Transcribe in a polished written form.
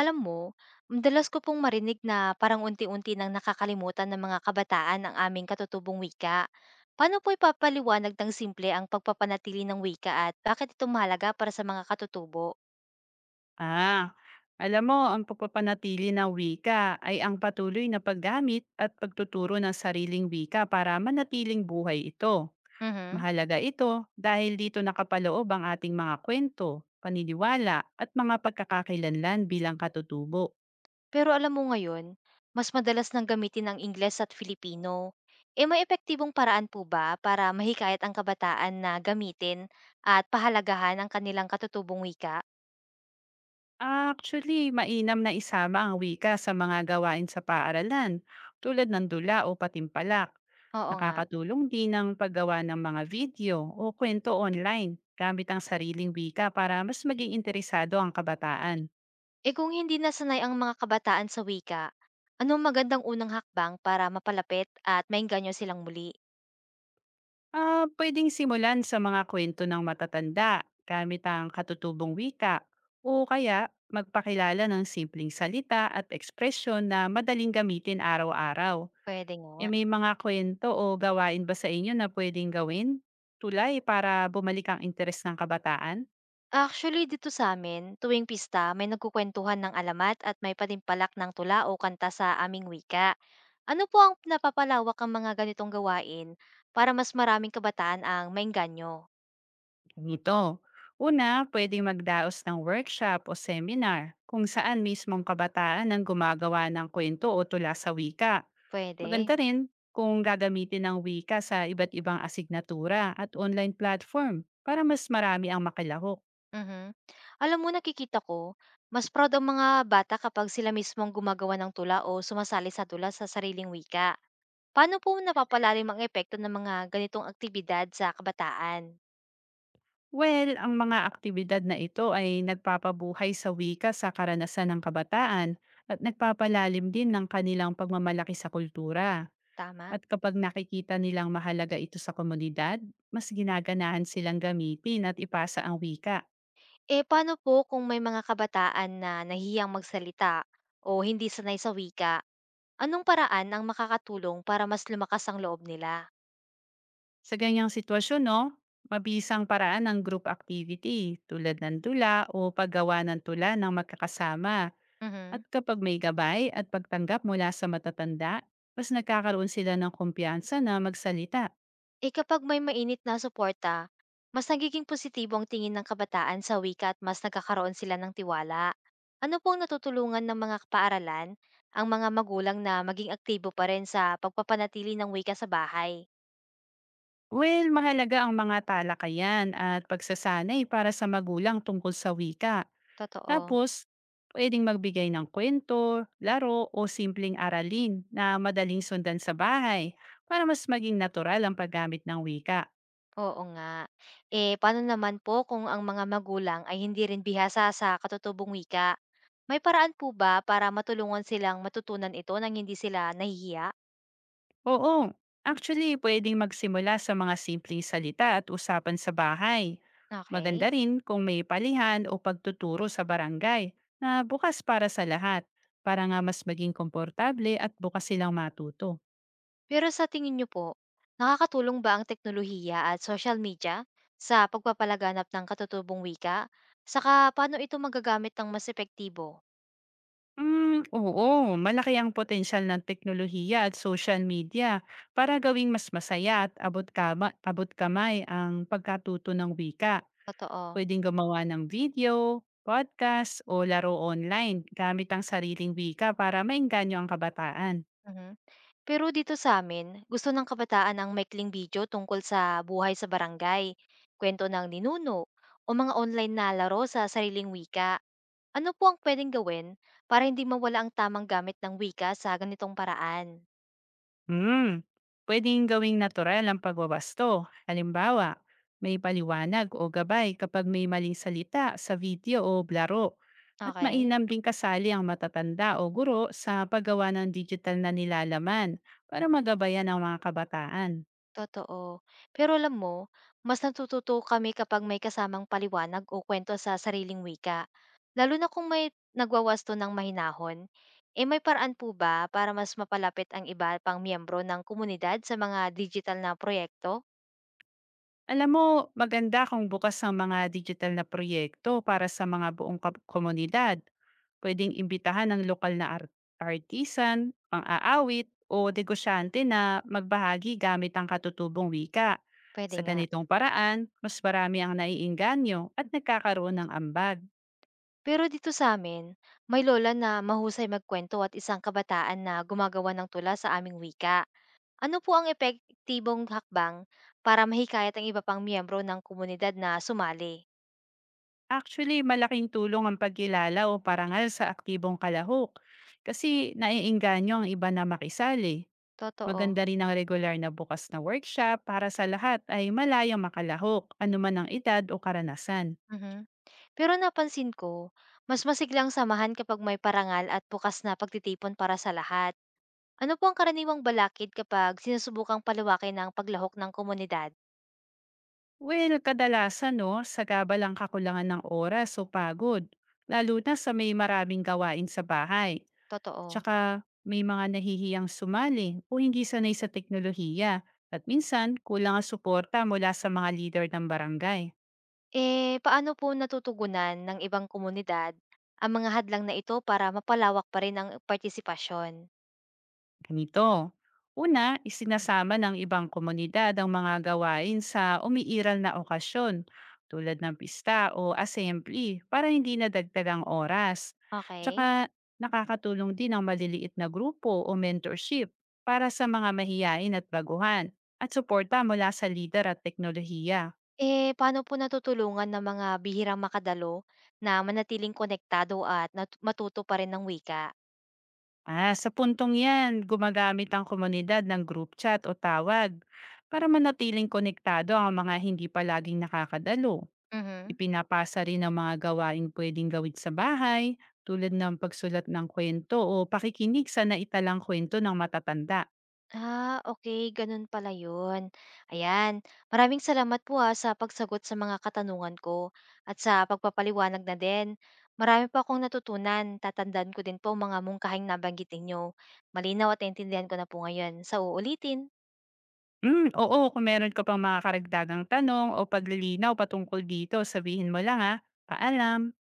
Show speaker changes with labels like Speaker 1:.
Speaker 1: Alam mo, madalas ko pong marinig na parang unti-unti nang nakakalimutan ng mga kabataan ang aming katutubong wika. Paano po ipapaliwanag ng simple ang pagpapanatili ng wika at bakit ito mahalaga para sa mga katutubo?
Speaker 2: Ah, alam mo, ang pagpapanatili ng wika ay ang patuloy na paggamit at pagtuturo ng sariling wika para manatiling buhay ito.
Speaker 1: Mhm.
Speaker 2: Mahalaga ito dahil dito nakapaloob ang ating mga kwento, paniniwala at mga pagkakakilanlan bilang katutubo.
Speaker 1: Pero alam mo ngayon, mas madalas nang gamitin ang Ingles at Filipino. E may epektibong paraan po ba para mahikayat ang kabataan na gamitin at pahalagahan ang kanilang katutubong wika?
Speaker 2: Actually, mainam na isama ang wika sa mga gawain sa paaralan, tulad ng dula o patimpalak.
Speaker 1: Oo nga.
Speaker 2: Nakakatulong din ang paggawa ng mga video o kwento online gamit ang sariling wika para mas maging interesado ang kabataan.
Speaker 1: Eh kung hindi nasanay ang mga kabataan sa wika, anong magandang unang hakbang para mapalapit at maengganyo silang muli?
Speaker 2: Pwedeng simulan sa mga kwento ng matatanda gamit ang katutubong wika o kaya magpakilala ng simpleng salita at ekspresyon na madaling gamitin araw-araw.
Speaker 1: Pwede
Speaker 2: Eh,
Speaker 1: nga.
Speaker 2: may mga kuwento o gawain ba sa inyo na puwedeng gawin, tulay para bumalik ang interes ng kabataan?
Speaker 1: Actually, dito sa amin, tuwing pista, may nagkukwentuhan ng alamat at may patimpalak ng tula o kanta sa aming wika. Ano po ang napapalawak ang mga ganitong gawain para mas maraming kabataan ang maengganyo?
Speaker 2: Ganito, una, puwedeng magdaos ng workshop o seminar kung saan mismong kabataan ang gumagawa ng kuwento o tula sa wika. Maganda
Speaker 1: Pwede.
Speaker 2: rin kung gagamitin ang wika sa iba't ibang asignatura at online platform para mas marami ang makilahok.
Speaker 1: Mhm. Alam mo, nakikita ko, mas proud ang mga bata kapag sila mismo ang gumagawa ng tula o sumasali sa tula sa sariling wika. Paano po napapalalim ang epekto ng mga ganitong aktibidad sa kabataan?
Speaker 2: Well, ang mga aktibidad na ito ay nagpapabuhay sa wika sa karanasan ng kabataan at nagpapalalim din ng kanilang pagmamalaki sa kultura.
Speaker 1: Tama.
Speaker 2: At kapag nakikita nilang mahalaga ito sa komunidad, mas ginaganahan silang gamitin at ipasa ang wika.
Speaker 1: Eh, paano po kung may mga kabataan na nahihiyang magsalita o hindi sanay sa wika? Anong paraan ang makakatulong para mas lumakas ang loob nila?
Speaker 2: Sa ganyang sitwasyon, no, mabisang paraan ng group activity tulad ng tula o paggawa ng tula ng magkakasama. At
Speaker 1: Mhm.
Speaker 2: kapag may gabay at pagtanggap mula sa matatanda, mas nagkakaroon sila ng kumpiyansa na magsalita.
Speaker 1: Eh, kapag may mainit na suporta, mas nagiging positibo ang tingin ng kabataan sa wika at mas nagkakaroon sila ng tiwala. Ano pong natutulungan ng mga paaralan ang mga magulang na maging aktibo pa rin sa pagpapanatili ng wika sa bahay?
Speaker 2: Well, mahalaga ang mga talakayan at pagsasanay para sa magulang tungkol sa wika.
Speaker 1: Totoo,
Speaker 2: Tapos, pwedeng magbigay ng kwento, laro o simpleng aralin na madaling sundan sa bahay para mas maging natural ang paggamit ng wika.
Speaker 1: oo nga. Eh, paano naman po kung ang mga magulang ay hindi rin bihasa sa katutubong wika? May paraan po ba para matulungan silang matutunan ito nang hindi sila nahihiya?
Speaker 2: Oo, actually pwedeng magsimula sa mga simpleng salita at usapan sa bahay.
Speaker 1: Okay.
Speaker 2: Maganda rin kung may palihan o pagtuturo sa barangay na bukas para sa lahat para nga mas maging komportable at bukas silang matuto.
Speaker 1: Pero sa tingin niyo po, nakakatulong ba ang teknolohiya at social media sa pagpapalaganap ng katutubong wika? Saka paano ito magagamit ng mas epektibo?
Speaker 2: Hmm, oo, malaki ang potensyal ng teknolohiya at social media para gawing mas masaya at abot kamay ang pagkatuto ng wika.
Speaker 1: Totoo.
Speaker 2: Pwedeng gumawa ng video, podcast o laro online gamit ang sariling wika para mainganyo ang kabataan.
Speaker 1: Mhm. Pero dito sa'min, gusto ng kabataan ang maikling video tungkol sa buhay sa barangay, kwento ng ninuno, o mga online na laro sa sariling wika. Ano po ang pwedeng gawin para hindi mawala ang tamang gamit ng wika sa ganitong paraan?
Speaker 2: Hmm, pwedeng gawing natural ang pagwawasto. Halimbawa, may paliwanag o gabay kapag may maling salita sa video o blaro. At
Speaker 1: Okay?
Speaker 2: mainam ding kasali ang matatanda o guro sa paggawa ng digital na nilalaman para magabayan ang mga kabataan.
Speaker 1: Totoo. Pero alam mo, mas natututo kami kapag may kasamang paliwanag o kwento sa sariling wika. Lalo na kung may nagwawasto ng mahinahon. E may paraan po ba para mas mapalapit ang iba pang miyembro ng komunidad sa mga digital na proyekto?
Speaker 2: Alam mo, maganda kung bukas ang mga digital na proyekto para sa mga buong komunidad. Pwedeng imbitahan ng lokal na artisan, pang-aawit, o negosyante na magbahagi gamit ang katutubong wika.
Speaker 1: Pwede
Speaker 2: Sa
Speaker 1: nga.
Speaker 2: ganitong paraan, mas marami ang naiinganyo at nagkakaroon ng ambag.
Speaker 1: Pero dito sa amin, may lola na mahusay magkwento at isang kabataan na gumagawa ng tula sa aming wika. Ano po ang epektibong hakbang para mahikayat ang iba pang miyembro ng komunidad na sumali?
Speaker 2: Actually, malaking tulong ang pagkilala o parangal sa aktibong kalahok kasi naiinganyo ang iba na makisali.
Speaker 1: Totoo.
Speaker 2: Maganda rin ang regular na bukas na workshop para sa lahat ay malayang makalahok, anuman ang edad o karanasan.
Speaker 1: Mhm. Pero napansin ko, mas masiglang samahan kapag may parangal at bukas na pagtitipon para sa lahat. Ano po ang karaniwang balakid kapag sinusubukang palawakin ng paglahok ng komunidad?
Speaker 2: Well, kadalasan no, sagabal ang kakulangan ng oras o pagod, lalo na sa may maraming gawain sa bahay.
Speaker 1: Totoo.
Speaker 2: Tsaka may mga nahihiyang sumali o hindi sanay sa teknolohiya at minsan kulang ang suporta mula sa mga leader ng barangay.
Speaker 1: Eh, paano po natutugunan ng ibang komunidad ang mga hadlang na ito para mapalawak pa rin ang partisipasyon?
Speaker 2: Ganito. Una, isinasama ng ibang komunidad ang mga gawain sa umiiral na okasyon tulad ng pista o assembly para hindi nadagdag ang oras.
Speaker 1: Okay.
Speaker 2: Tsaka nakakatulong din ang maliliit na grupo o mentorship para sa mga mahiyain at baguhan at suporta mula sa leader at teknolohiya.
Speaker 1: Eh, paano po natutulungan ng mga bihirang makadalo na manatiling konektado at matuto pa rin ng wika?
Speaker 2: Sa puntong yan, gumagamit ang komunidad ng group chat o tawag para manatiling konektado ang mga hindi palaging nakakadalo.
Speaker 1: Mhm.
Speaker 2: Ipinapasa rin ang mga gawaing puwedeng gawin sa bahay tulad ng pagsulat ng kwento o pakikinig sa naitalang kwento ng matatanda.
Speaker 1: Ah, okay gano'n pala 'yun. Ayan, maraming salamat po, sa pagsagot sa mga katanungan ko at sa pagpapaliwanag na din. Marami pa akong natutunan, tatandaan ko din po ang mga mungkahing nabanggit ninyo. Malinaw at naintindihan ko na po ngayon. Sa uulitin.
Speaker 2: Hmm, oo, kung meron ka pang mga karagdagang tanong o paglilinaw patungkol dito, sabihin mo lang, ah. Paalam.